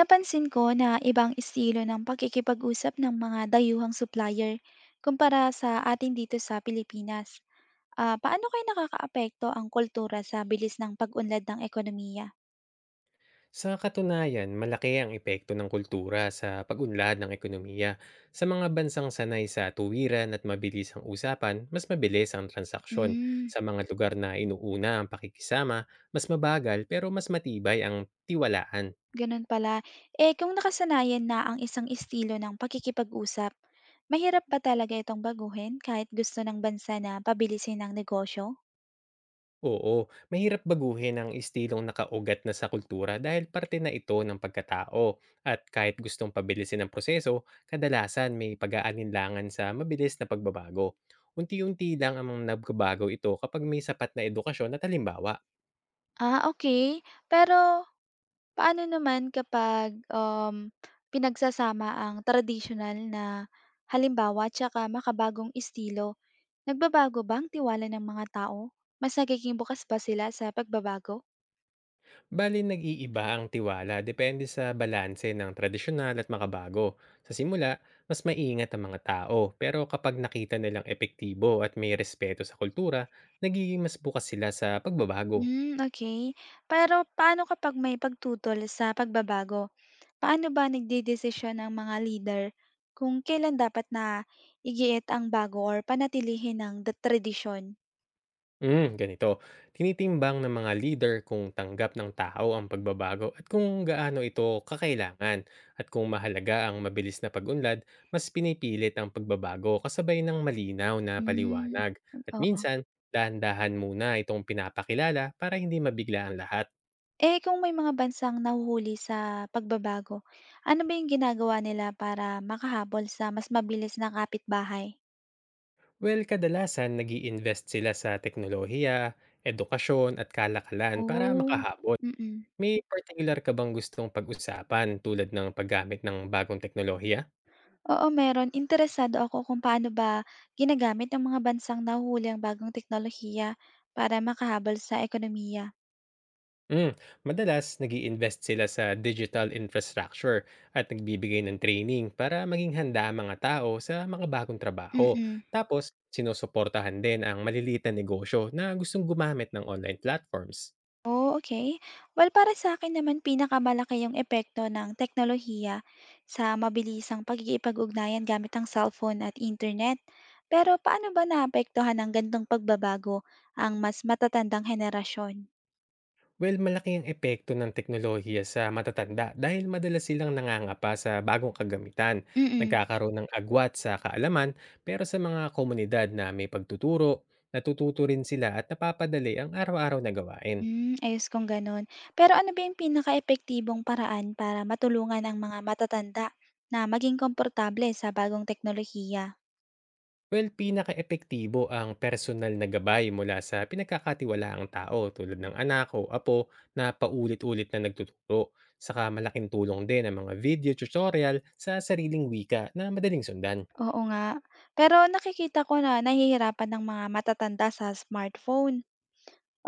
Napansin ko na ibang estilo ng pakikipag-usap ng mga dayuhang supplier kumpara sa atin dito sa Pilipinas. Ah, paano kayo nakakaapekto ang kultura sa bilis ng pag-unlad ng ekonomiya? Sa katunayan, malaki ang epekto ng kultura sa pag-unlad ng ekonomiya. Sa mga bansang sanay sa tuwiran at mabilis ang usapan, mas mabilis ang transaksyon. Hmm, Sa mga lugar na inuuna ang pakikisama, mas mabagal pero mas matibay ang tiwalaan. ganun pala. Eh kung nakasanayan na ang isang estilo ng pakikipag-usap, mahirap ba talaga itong baguhin kahit gusto ng bansa na pabilisin ang negosyo? Oo, mahirap baguhin ang istilong nakaugat na sa kultura dahil parte na ito ng pagkatao. At kahit gustong pabilisin ang proseso, kadalasan may pag-aalinlangan sa mabilis na pagbabago. Unti-unti lang ang mga nagbabago ito kapag may sapat na edukasyon at halimbawa. Ah, okay. Pero paano naman kapag, pinagsasama ang traditional na halimbawa tsaka makabagong estilo? Nagbabago ba ang tiwala ng mga tao? Mas nagiging bukas ba sila sa pagbabago? Bali nag-iiba ang tiwala depende sa balanse ng tradisyonal at makabago. Sa simula, mas maingat ang mga tao pero kapag nakita nilang epektibo at may respeto sa kultura, nagiging mas bukas sila sa pagbabago. Hmm, okey. Pero paano kapag may pagtutol sa pagbabago? Paano ba nagdedesisyon ang mga leader kung kailan dapat na igiit ang bago or panatilihin ang da tradisyon? Hmm, ganito. Tinitimbang ng mga leader kung tanggap ng tao ang pagbabago at kung gaano ito kakailangan. At kung mahalaga ang mabilis na pag-unlad, mas pinipilit ang pagbabago kasabay ng malinaw na Hmm, paliwanag. At oo. minsan, dahan-dahan muna itong pinapakilala para hindi mabigla ang lahat. Eh, kung may mga bansang nahuhuli sa pagbabago, ano ba yung ginagawa nila para makahabol sa mas mabilis na kapitbahay? Well, kadalasan nag invest sila sa teknolohiya, edukasyon at kalakalan para Oh, makahabol. mm. May particular ka bang gustong pag-usapan tulad ng paggamit ng bagong teknolohiya? Oo, meron. Interesado ako kung paano ba ginagamit ng mga bansang nahuhuli ang bagong teknolohiya para makahabol sa ekonomiya. Mm, madalas nag invest sila sa digital infrastructure at nagbibigay ng training para maging handa ang mga tao sa mga bagong trabaho. Mm. Tapos, sinusuportahan din ang maliliit na negosyo na gustong gumamit ng online platforms. Oh, okay. Well, para sa akin naman pinakamalaki yung epekto ng teknolohiya sa mabilisang pakikipag-ugnayan gamit ang cellphone at internet. Pero paano ba naapektuhan ng ganitong pagbabago ang mas matatandang henerasyon? Well, malaki ang epekto ng teknolohiya sa matatanda dahil madalas silang nangangapa sa bagong kagamitan, Mm-mm. Mm. nagkakaroon ng agwat sa kaalaman, pero sa mga komunidad na may pagtuturo, natututo rin sila at napapadali ang araw-araw na gawain. Hmm, ayos kung gano'n. Pero ano ba yung pinakaepektibong paraan para matulungan ang mga matatanda na maging komportable sa bagong teknolohiya? Well, epektibo ang personal na gabay mula sa pinagkakatiwalaang tao tulad ng anak o apo na paulit-ulit na nagtuturo. Saka malaking tulong din ang mga video tutorial sa sariling wika na madaling sundan. Oo nga. Pero nakikita ko na nahihirapan ang mga matatanda sa smartphone.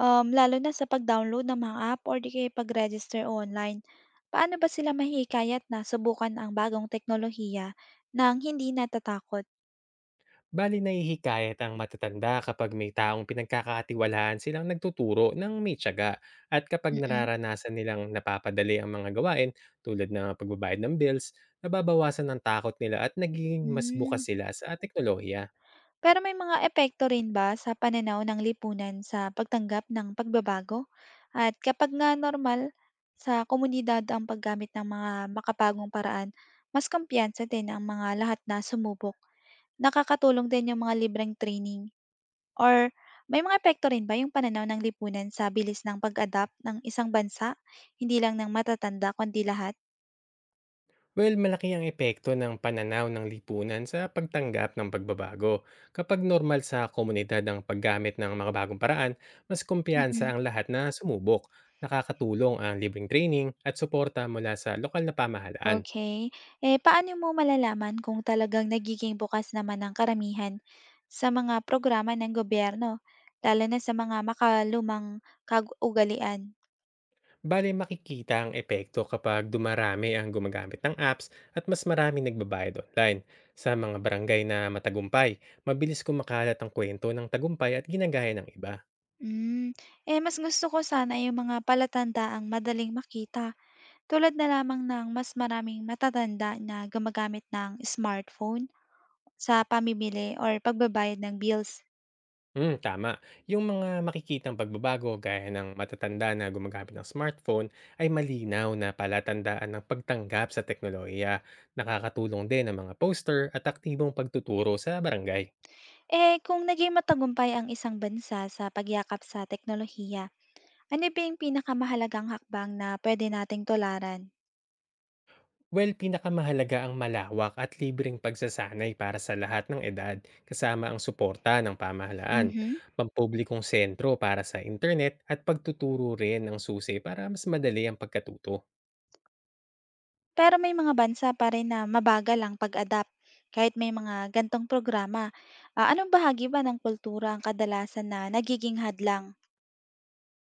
Lalo na sa pag-download ng mga app or di kaya pag-register online. Paano ba sila mahihikayat na subukan ang bagong teknolohiya nang hindi natatakot? Bali nahihikayat ang matatanda kapag may taong pinagkakatiwalaan silang nagtuturo ng may tiyaga at kapag Mm-mm. Mm. nararanasan nilang napapadali ang mga gawain tulad ng pagbabayad ng bills, nababawasan ng takot nila at nagiging mas bukas Hmm. sila sa teknolohiya. Pero may mga epekto rin ba sa pananaw ng lipunan sa pagtanggap ng pagbabago? At kapag nga normal sa komunidad ang paggamit ng mga makabagong paraan, mas kumpiyansa din ang mga lahat na sumubok. Nakakatulong din yung mga libreng training. Or may mga epekto rin ba yung pananaw ng lipunan sa bilis ng pag-adapt ng isang bansa, hindi lang ng matatanda kundi lahat? Well, malaki ang epekto ng pananaw ng lipunan sa pagtanggap ng pagbabago. Kapag normal sa komunidad ang paggamit ng mga bagong paraan, mas kumpiyansa Mm, ang lahat na sumubok. Nakakatulong ang libreng training at suporta mula sa lokal na pamahalaan. okey. Eh, paano mo malalaman kung talagang nagiging bukas naman ang karamihan sa mga programa ng gobyerno, lalo na sa mga makalumang kaugalian? Bale, makikita ang epekto kapag dumarami ang gumagamit ng apps at mas marami nagbabayad online. Sa mga barangay na matagumpay, mabilis kumakalat ang kwento ng tagumpay at ginagaya ng iba. Hmm, eh, mas gusto ko sana yung mga palatandaang madaling makita, tulad na lamang ng mas maraming matatanda na gumagamit ng smartphone. Sa pamimili or pagbabayad ng bills. Hmm, tama. Yung mga makikitang pagbabago gaya ng matatanda na gumagamit ng smartphone ay malinaw na palatandaan ng pagtanggap sa teknolohiya. Nakakatulong din ang mga poster at aktibong pagtuturo sa barangay. Eh, kung naging matagumpay ang isang bansa sa pagyakap sa teknolohiya, ano ba yung pinakamahalagang hakbang na pwede nating tularan? Well, pinakamahalaga ang malawak at libreng pagsasanay para sa lahat ng edad kasama ang suporta ng pamahalaan, Mhm. pampublikong sentro para sa internet at pagtuturo rin ng susi para mas madali ang pagkatuto. Pero may mga bansa pa rin na mabagal ang pag-adapt kahit may mga gantong programa. Ah, anong bahagi ba ng kultura ang kadalasan na nagiging hadlang?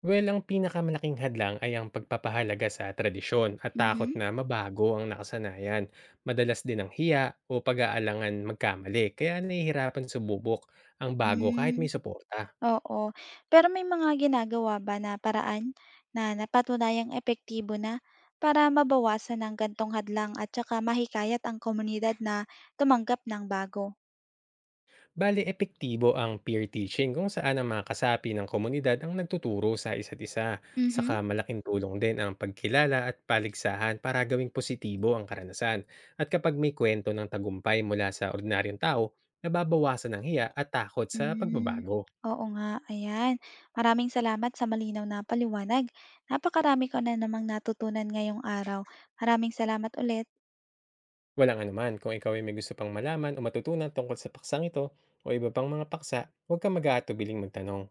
Well, ang pinakamalaking hadlang ay ang pagpapahalaga sa tradisyon at takot Mhm. na mabago ang nakasanayan. Madalas din ang hiya o pag-aalangan magkamali, kaya nahihirapan sububok ang bago kahit Hmm. may suporta. Oo. Pero may mga ginagawa ba na paraan na napatunayang epektibo na para mabawasan ang gantong hadlang at saka mahikayat ang komunidad na tumanggap ng bago? Bale, epektibo ang peer teaching kung saan ang mga kasapi ng komunidad ang nagtuturo sa isa't isa. Mhm. Saka malaking tulong din ang pagkilala at paligsahan para gawing positibo ang karanasan. At kapag may kwento ng tagumpay mula sa ordinaryong tao, nababawasan ang hiya at takot sa Hmm. pagbabago. Oo nga, ayan. Maraming salamat sa malinaw na paliwanag. Napakarami ko na namang natutunan ngayong araw. Maraming salamat ulit. Walang anuman, kung ikaw ay may gusto pang malaman o matutunan tungkol sa paksang ito o iba pang mga paksa, huwag kang mag-aatubiling magtanong.